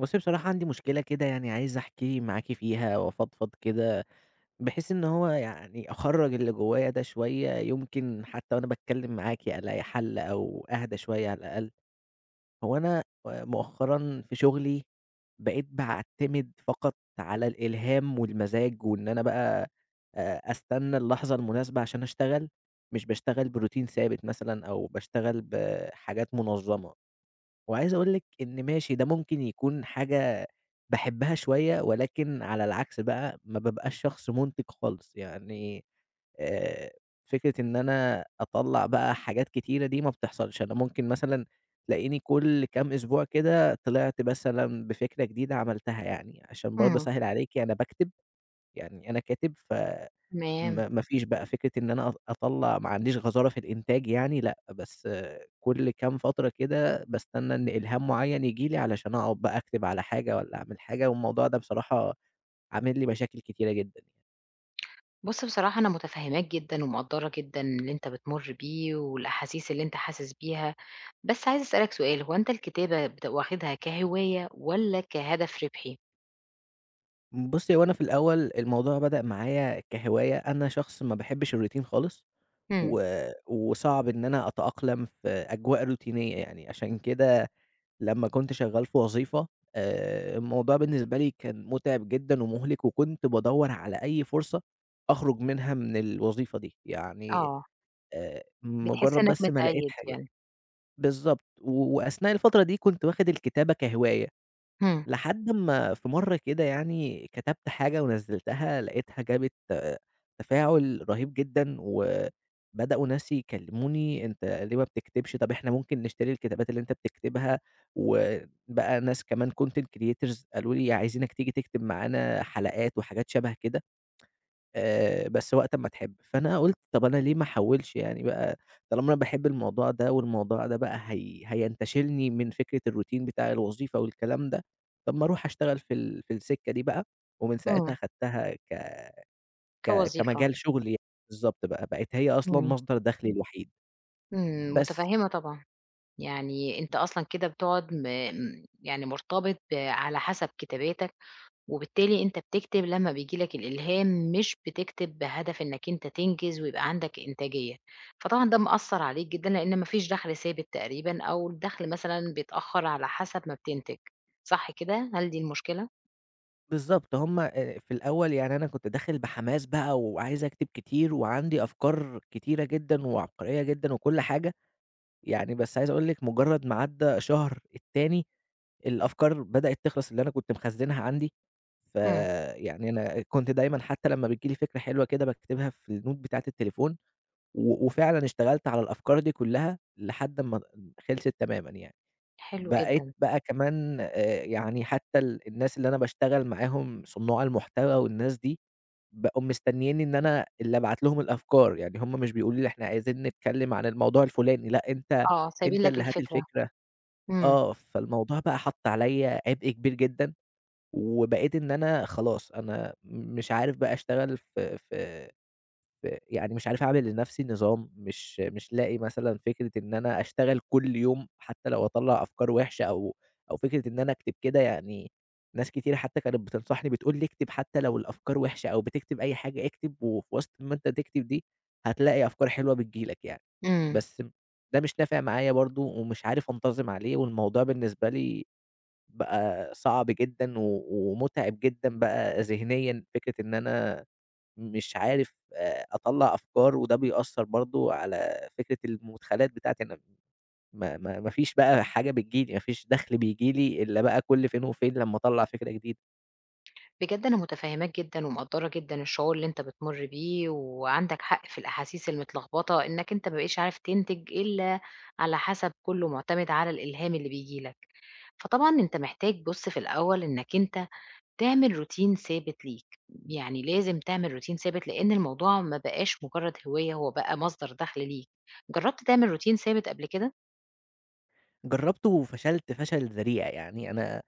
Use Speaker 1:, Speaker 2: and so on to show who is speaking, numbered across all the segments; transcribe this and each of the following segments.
Speaker 1: بُصّي، بصراحة عندي مشكلة كده يعني عايز أحكي معاكِ فيها وأفضفض كده، بحيث إن هو يعني أخرّج اللي جوايا ده شوية، يمكن حتى وأنا باتكلم معاكِ ألاقي حل أو أهدى شوية على الأقل. هو أنا مؤخرًا في شغلي بقيت باعتمد فقط على الإلهام والمزاج، وإن أنا بقى أستنى اللحظة المناسبة عشان أشتغل، مش باشتغل بroutine ثابت مثلًا أو باشتغل بحاجات منظمة. وعايز أقول لِك إن ماشي ده ممكن يكون حاجة باحبها شوية، ولكن على العكس بقى ما بابقاش شخص مُنتِج خالص، يعني آآ فكرة إن أنا أطلّع بقى حاجات كتيرة دي ما بتحصلش، أنا ممكن مثلًا تلاقيني كل كام أسبوع كده طلعت مثلًا بفكرة جديدة عملتها يعني، عشان برضه
Speaker 2: إمم،
Speaker 1: أسهِّل عليكِ أنا باكتب، يعني أنا كاتب ف
Speaker 2: تمام.
Speaker 1: ما فيش بقى فكرة إن أنا أطلّع ما عنديش غزارة في الإنتاج يعني لأ، بس آه، كل كام فترة كده باستنى إن إلهام معيّن ييجي لي علشان أقعد بقى أكتب على حاجة والّا أعمل حاجة، والموضوع ده بصراحة عامل لي مشاكل كتيرة جدًا
Speaker 2: بُص بصراحة أنا متفهّماك جدًا ومقدّرة جدًا اللي أنت بتمُر بيه والأحاسيس اللي أنت حاسس بيها، بس عايزة أسألك سؤال، هو أنت الكتابة واخدها كهواية والّا كهدف ربحي؟
Speaker 1: يعني. بُصّي، هو أنا في الأول الموضوع بدأ معايا كهواية، أنا شخص ما باحبش الروتين خالص،
Speaker 2: إمم،
Speaker 1: و وصعب إن أنا أتأقلم في أجواء روتينية يعني، عشان كده لمّا كنت شغال في وظيفة، الموضوع بالنسبة لي كان مُتعب جدًا ومُهلِك، وكنت بادوّر على أي فرصة أخرج منها من الوظيفة دي، يعني
Speaker 2: آه، بتحس
Speaker 1: مجرد
Speaker 2: إنّك
Speaker 1: بس ما لقيت
Speaker 2: متقيّد
Speaker 1: حاجة
Speaker 2: يعني.
Speaker 1: بالضبط، وأثناء الفترة دي كنت واخد الكتابة كهواية.
Speaker 2: إمم،
Speaker 1: لحد أمّا في مرّة كده يعني كتبت حاجة ونزّلتها، لقيتها جابت آه، تفاعل رهيب جدًا، وبدأوا ناس يكلموني: "أنت ليه ما بتكتبش؟ طب إحنا ممكن نشتري الكتابات اللي أنت بتكتبها." وبقى ناس كمان content creators قالوا لي عايزينك تيجي تكتب معانا حلقات وحاجات شبه كده. بس وقت أمّا تحب، فأنا قُلت طَب أنا ليه ما أحوّلش يعني بقى طالما أنا باحب الموضوع ده والموضوع ده بقى هي هينتشلني من فكرة الروتين بتاع الوظيفة والكلام ده، طَب ما أروح أشتغل في في السكة دي بقى، ومن
Speaker 2: إمم،
Speaker 1: ساعتها خدتها ك ك
Speaker 2: كوظيفة.
Speaker 1: كمجال شغلي بالضبط بقى، بقت هي أصلًا
Speaker 2: إمم،
Speaker 1: مصدر دخلي الوحيد،
Speaker 2: إمم،
Speaker 1: بس
Speaker 2: متفهّمة طبعًا. يعني أنت أصلًا كده بتقعد يعني مرتبط على حسب كتاباتك وبالتالي أنت بتكتب لمّا بييجي لك الإلهام، مش بتكتب بهدف إنّك أنت تنجز ويبقى عندك إنتاجية. فطبعًا ده مأثّر عليك جدًا، لإن ما فيش دخْل ثابت تقريبًا أو الدخْل مثلًا بيتأخّر على حسب ما بتنتج، صح كده؟ هل دي المشكلة؟
Speaker 1: بالضبط هُم، في الأول يعني أنا كنت داخل بحماس بقى وعايز أكتب كتير وعندي أفكار كتيرة جدًا وعبقرية جدًا وكل حاجة. يعني بس عايز أقول لِك مجرد ما عدّى شهر، التاني الأفكار بدأت تخلص اللي أنا كنت مخزّنها عندي،
Speaker 2: إمم،
Speaker 1: فيعني أنا كنت دايمًا حتى لمّا بتيجي لي فكرة حلوة كده باكتبها في النوت بتاعة التليفون، وفعلًا اشتغلت على الأفكار دي كلّها لحد ما خلصت تمامًا يعني.
Speaker 2: حلو
Speaker 1: بقيت
Speaker 2: جدًا.
Speaker 1: بقى كمان يعني حتى الناس اللي أنا باشتغل معاهم صُنّاع المحتوى والناس دي، بقوا مستنييني إن أنا اللي أبعت لهم الأفكار، يعني هم مش بيقولوا لي إحنا عايزين نتكلم عن الموضوع الفلاني، لأ أنت
Speaker 2: آه، سايبين لك
Speaker 1: اللي هات
Speaker 2: الفكرة.
Speaker 1: الفكرة
Speaker 2: إمم،
Speaker 1: آه، فالموضوع بقى حَط عليَّ عبء كبير جدًا، وبقيت إن أنا خلاص أنا مش عارف بقى أشتغل في، يعني مش عارف أعمل لنفسي نظام، مش لاقي مثلًا فكرة إن أنا أشتغل كل يوم حتى لو أطلّع أفكار وحشة أو أو فكرة إن أنا أكتب كده يعني ناس كتير حتى كانت بتنصحني بتقول لي اكتب حتى لو الأفكار وحشة أو بتكتب أي حاجة اكتب، وفي وسط ما أنت تكتب دي هتلاقي أفكار حلوة بتيجي لك يعني،
Speaker 2: إمم.
Speaker 1: بس ده مش نافع معايا برضه ومش عارف أنتظم عليه، والموضوع بالنسبة لي بقى صعب جدًا ومتعب جدًا بقى ذهنيًا، فكرة إن أنا مش عارف أطلّع أفكار، وده بيأثّر برضه على فكرة المدخلات بتاعتي أنا ما فيش بقى حاجة بتيجي لي، ما فيش دخْل بييجي لي إلا بقى كل فين وفين لمّا أطلّع فكرة جديدة.
Speaker 2: بجد أنا متفهّماك جدًا ومقدّرة جدًا الشعور اللي أنت بتمُر بيه، وعندك حق في الأحاسيس المتلخبطة إنّك أنت ما بقيتش عارف تنتج إلا على حسب كلّه معتمد على الإلهام اللي بييجي لك. فطبعًا أنت محتاج بُص في الأول إنك أنت تعمل روتين ثابت ليك، يعني لازم تعمل روتين ثابت لإن الموضوع ما بقاش مجرد هواية هو بقى مصدر دخل ليك، جربت تعمل روتين ثابت قبل كده؟
Speaker 1: جرّبته وفشلت فشل ذريع، يعني أنا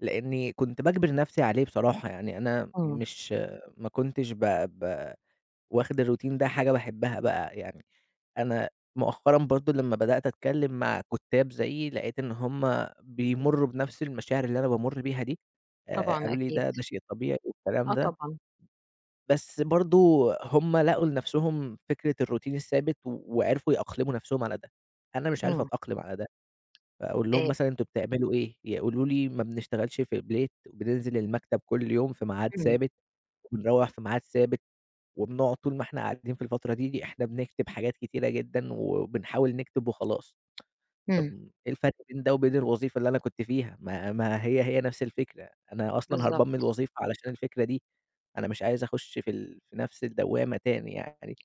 Speaker 1: لإنّي كنت باجبر نَفْسي عليه بصراحة، يعني أنا
Speaker 2: إمم،
Speaker 1: مش ما كنتش ب ب واخد الroutine ده حاجة باحبها بقى يعني. أنا مؤخرًا برضه لمّا بدأت أتكلّم مع كُتّاب زيي، لقيت إن هُم بيمُرّوا بنفس المشاعر اللي أنا بامُرّ بيها دي،
Speaker 2: طبعًا
Speaker 1: قالوا لي:
Speaker 2: أكيد،
Speaker 1: "ده شيء طبيعي." والكلام
Speaker 2: آه
Speaker 1: ده،
Speaker 2: طبعًا،
Speaker 1: بس برضه هُم لقوا لنفسهم فكرة الروتين الثابت وعرفوا يأقلموا نفسهم على ده، أنا مش عارف
Speaker 2: إمم،
Speaker 1: أتأقلم على ده، فأقول لهم
Speaker 2: آآ
Speaker 1: مثلًا أنتم بتعملوا إيه؟ يقولوا لي: "ما بنشتغلش في البيت، وبننزل المكتب كل يوم في ميعاد
Speaker 2: إمم،
Speaker 1: ثابت، وبنروّح في ميعاد ثابت." وبنقعد طول ما إحنا قاعدين في الفترة دي إحنا بنكتب حاجات كتيرة جدًا وبنحاول نكتب وخلاص،
Speaker 2: إمم،
Speaker 1: طب إيه الفرق بين ده وبين الوظيفة اللي أنا كنت فيها؟ ما ما هي، هي نفس الفكرة، أنا أصلًا هاربان من
Speaker 2: بالضبط.
Speaker 1: الوظيفة علشان الفكرة دي، أنا مش عايز أخش في في نفس الدوامة تاني يعني،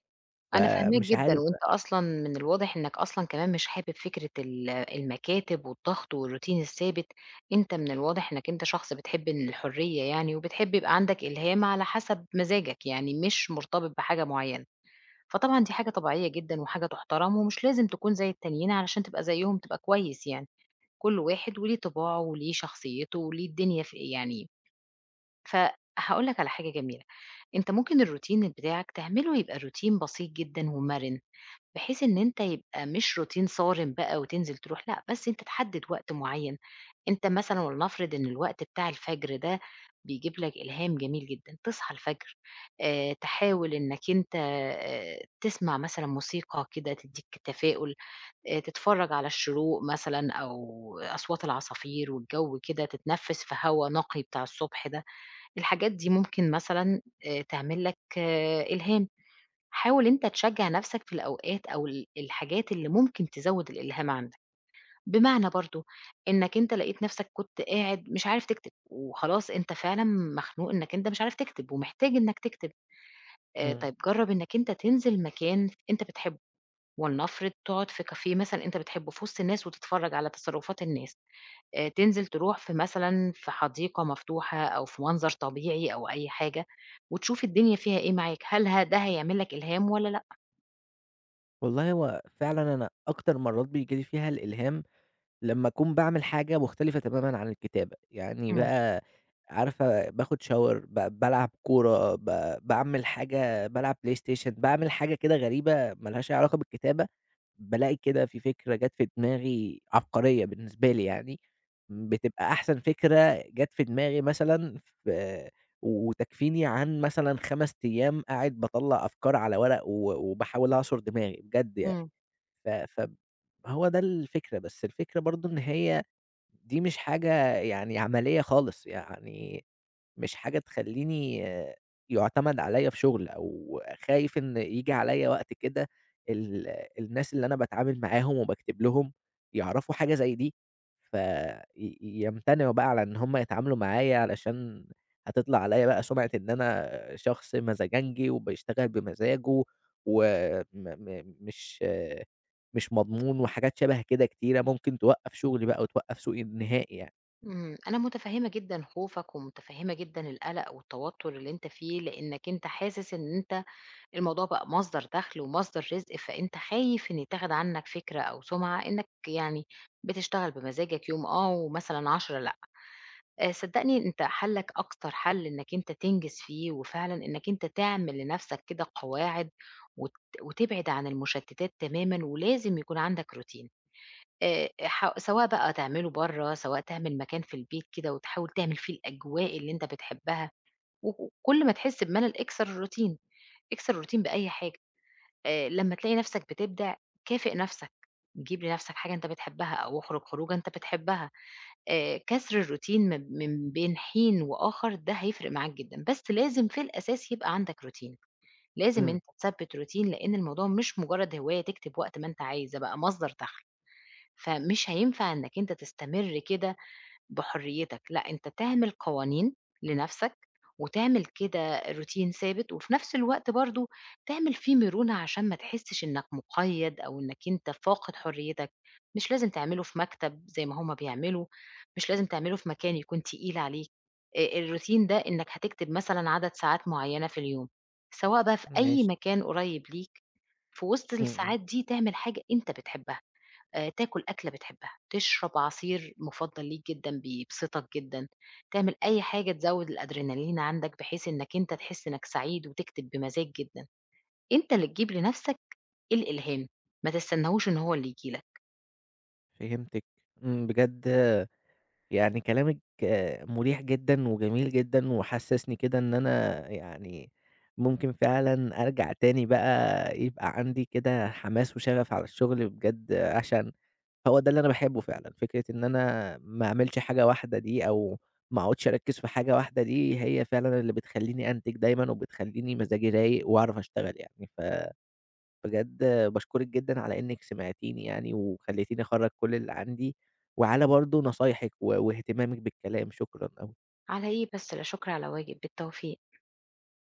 Speaker 2: أنا فاهماك
Speaker 1: فمش عارف
Speaker 2: جدًا،
Speaker 1: بقى.
Speaker 2: وأنت أصلًا من الواضح إنّك أصلًا كمان مش حابب فكرة المكاتب والضغط والروتين الثابت، أنت من الواضح إنّك أنت شخص بتحب إن الحرية يعني، وبتحب يبقى عندك إلهام على حسب مزاجك، يعني مش مرتبط بحاجة معيّنة، فطبعًا دي حاجة طبيعية جدًا وحاجة تُحترم، ومش لازم تكون زي التانيين علشان تبقى زيّهم تبقى كويس يعني، كل واحد وليه طباعه وليه شخصيته وليه الدنيا ف يعني فهاقول لك على حاجة جميلة، أنت ممكن الروتين بتاعك تعمله يبقى روتين بسيط جدًا ومَرِن، بحيث إن أنت يبقى مش روتين صارم بقى وتنزل تروح، لأ، بس أنت تحدد وقت معيّن، أنت مثلًا ولنفرض إن الوقت بتاع الفجر ده بيجيب لك إلهام جميل جدًا، تصحى الفجر تحاول إنك أنت تسمع مثلًا موسيقى كده تدّيك تفاؤل، تتفرّج على الشروق مثلًا أو أصوات العصافير والجو كده، تتنفس في هوا نقي بتاع الصبح ده، الحاجات دي ممكن مثلًا تعمل لك إلهام. حاول أنت تشجّع نَفْسك في الأوقات أو الحاجات اللي ممكن تزوّد الإلهام عندك، بمعنى برضه إنّك أنت لقيت نَفْسك كنت قاعد مش عارف تكتب وخلاص أنت فعلًا مخنوق إنّك أنت مش عارف تكتب ومحتاج إنّك تكتب،
Speaker 1: إمم،
Speaker 2: طيب جرّب إنّك أنت تنزل مكان أنت بتحبّه، ولنفرض تقعد في كافيه مثلًا أنت بتحبّه في وسط الناس وتتفرّج على تصرُّفات الناس، تنزل تروح في مثلًا في حديقة مفتوحة أو في منظر طبيعي أو أي حاجة وتشوف الدنيا فيها إيه معاك، هل ده هيعمل لك إلهام والّا لأ؟
Speaker 1: والله هو فعلًا أنا أكتر مرات بييجي لي فيها الإلهام لمّا أكون باعمل حاجة مختلفة تمامًا عن الكتابة، يعني
Speaker 2: إمم.
Speaker 1: بقى عارفة باخد shower، بالعب كورة، باعمل حاجة بالعب PlayStation، باعمل حاجة كده غريبة ما لهاش أي علاقة بالكتابة، بالاقي كده في فكرة جات في دماغي عبقرية بالنسبة لي يعني، بتبقى أحسن فكرة جات في دماغي مثلًا في، وتكفيني عن مثلًا 5 أيام قاعد باطلّع أفكار على ورق وباحاول أعصُر دماغي بجد يعني.
Speaker 2: إمم.
Speaker 1: ف فهو ده الفكرة، بس الفكرة برضه إن هي دي مش حاجة يعني عملية خالص، يعني مش حاجة تخلّيني آه، يُعتمد عليّا في شغل، أو خايف إن ييجي عليّا وقت كده ال الناس اللي أنا باتعامل معاهم وباكتب لهم يعرفوا حاجة زي دي، ف ي يمتنعوا بقى على إن هم يتعاملوا معايا علشان هتطلع عليّا بقى سُمعة إن أنا شخص مزاجنجي وبيشتغل بمزاجه، وم م مش مضمون وحاجات شبه كده كتيرة، ممكن توقّف شغلي بقى وتوقّف سوقي نهائي يعني.
Speaker 2: إمم، أنا متفهّمة جدًا خوفك، ومتفهّمة جدًا القلق والتوتر اللي أنت فيه، لإنك أنت حاسس إن أنت الموضوع بقى مصدر دخل ومصدر رزق، فأنت خايف إن يتاخد عنك فكرة أو سمعة إنك يعني بتشتغل بمزاجك يوم ومثلًا 10 لأ. صدّقني أنت حلّك أكتر حل إنك أنت تنجز فيه، وفعلًا إنك أنت تعمل لنفسك كده قواعد وت وتبعد عن المشتتات تمامًا، ولازم يكون عندك روتين. ح سواء بقى تعمله برّه، سواء تعمل مكان في البيت كده وتحاول تعمل فيه الأجواء اللي أنت بتحبها، و كل ما تحس بملل اكسر الروتين، اكسر الروتين بأي حاجة، لمّا تلاقي نفسك بتبدع كافئ نفسك، جيب لنفسك حاجة أنت بتحبها أو اخرج خروجة أنت بتحبها، كسر الروتين من بين حين وآخر ده هيفرق معاك جدًا، بس لازم في الأساس يبقى عندك روتين، لازم
Speaker 1: إمم،
Speaker 2: أنت تثبّت روتين لإن الموضوع مش مجرد هواية تكتب وقت ما أنت عايز، ده بقى مصدر دخل. فمش هينفع إنك أنت تستمر كده بحريتك، لأ أنت تعمل قوانين لنفسك، وتعمل كده روتين ثابت، وفي نفس الوقت برضه تعمل فيه مرونة عشان ما تحسش إنك مقيد أو إنك أنت فاقد حريتك، مش لازم تعمله في مكتب زي ما هُم بيعملوا، مش لازم تعمله في مكان يكون تقيل عليك، الروتين ده إنك هتكتب مثلًا عدد ساعات معينة في اليوم، سواء بقى في أي
Speaker 1: ماشي،
Speaker 2: مكان قريب ليك، في وسط
Speaker 1: إمم، إمم،
Speaker 2: الساعات دي تعمل حاجة أنت بتحبها. تاكل أكلة بتحبها، تشرب عصير مُفضّل ليك جدًا بيبسطك جدًا، تعمل أي حاجة تزوّد الأدرينالين عندك بحيث إنّك أنت تحس إنّك سعيد وتكتب بمزاج جدًا، أنت اللي تجيب لنَفْسك الإلهام، ما تستناهوش إن هو اللي ييجي لك،
Speaker 1: فهمتِك، إمم، بجد يعني كلامِك آه، مُريح جدًا وجميل جدًا، وحسّسني كده إن أنا يعني ممكن فعلًا أرجع تاني بقى يبقى عندي كده حماس وشغف على الشغل بجد عشان هو ده اللي أنا باحبه فعلًا، فكرة إن أنا ما أعملش حاجة واحدة دي أو ما أقعدش أركّز في حاجة واحدة دي، هي فعلًا اللي بتخلّيني أنتِج دايمًا وبتخلّيني مزاجي رايق وأعرف أشتغل يعني. فبجد باشكرِك جدًا على إنِّك سمعتيني يعني وخلّيتيني أخرّج كل اللي عندي، وعلى برضه نصايحِك واهتمامِك بالكلام، شكرًا أوي.
Speaker 2: على إيه بس لا شكر على واجب، بالتوفيق.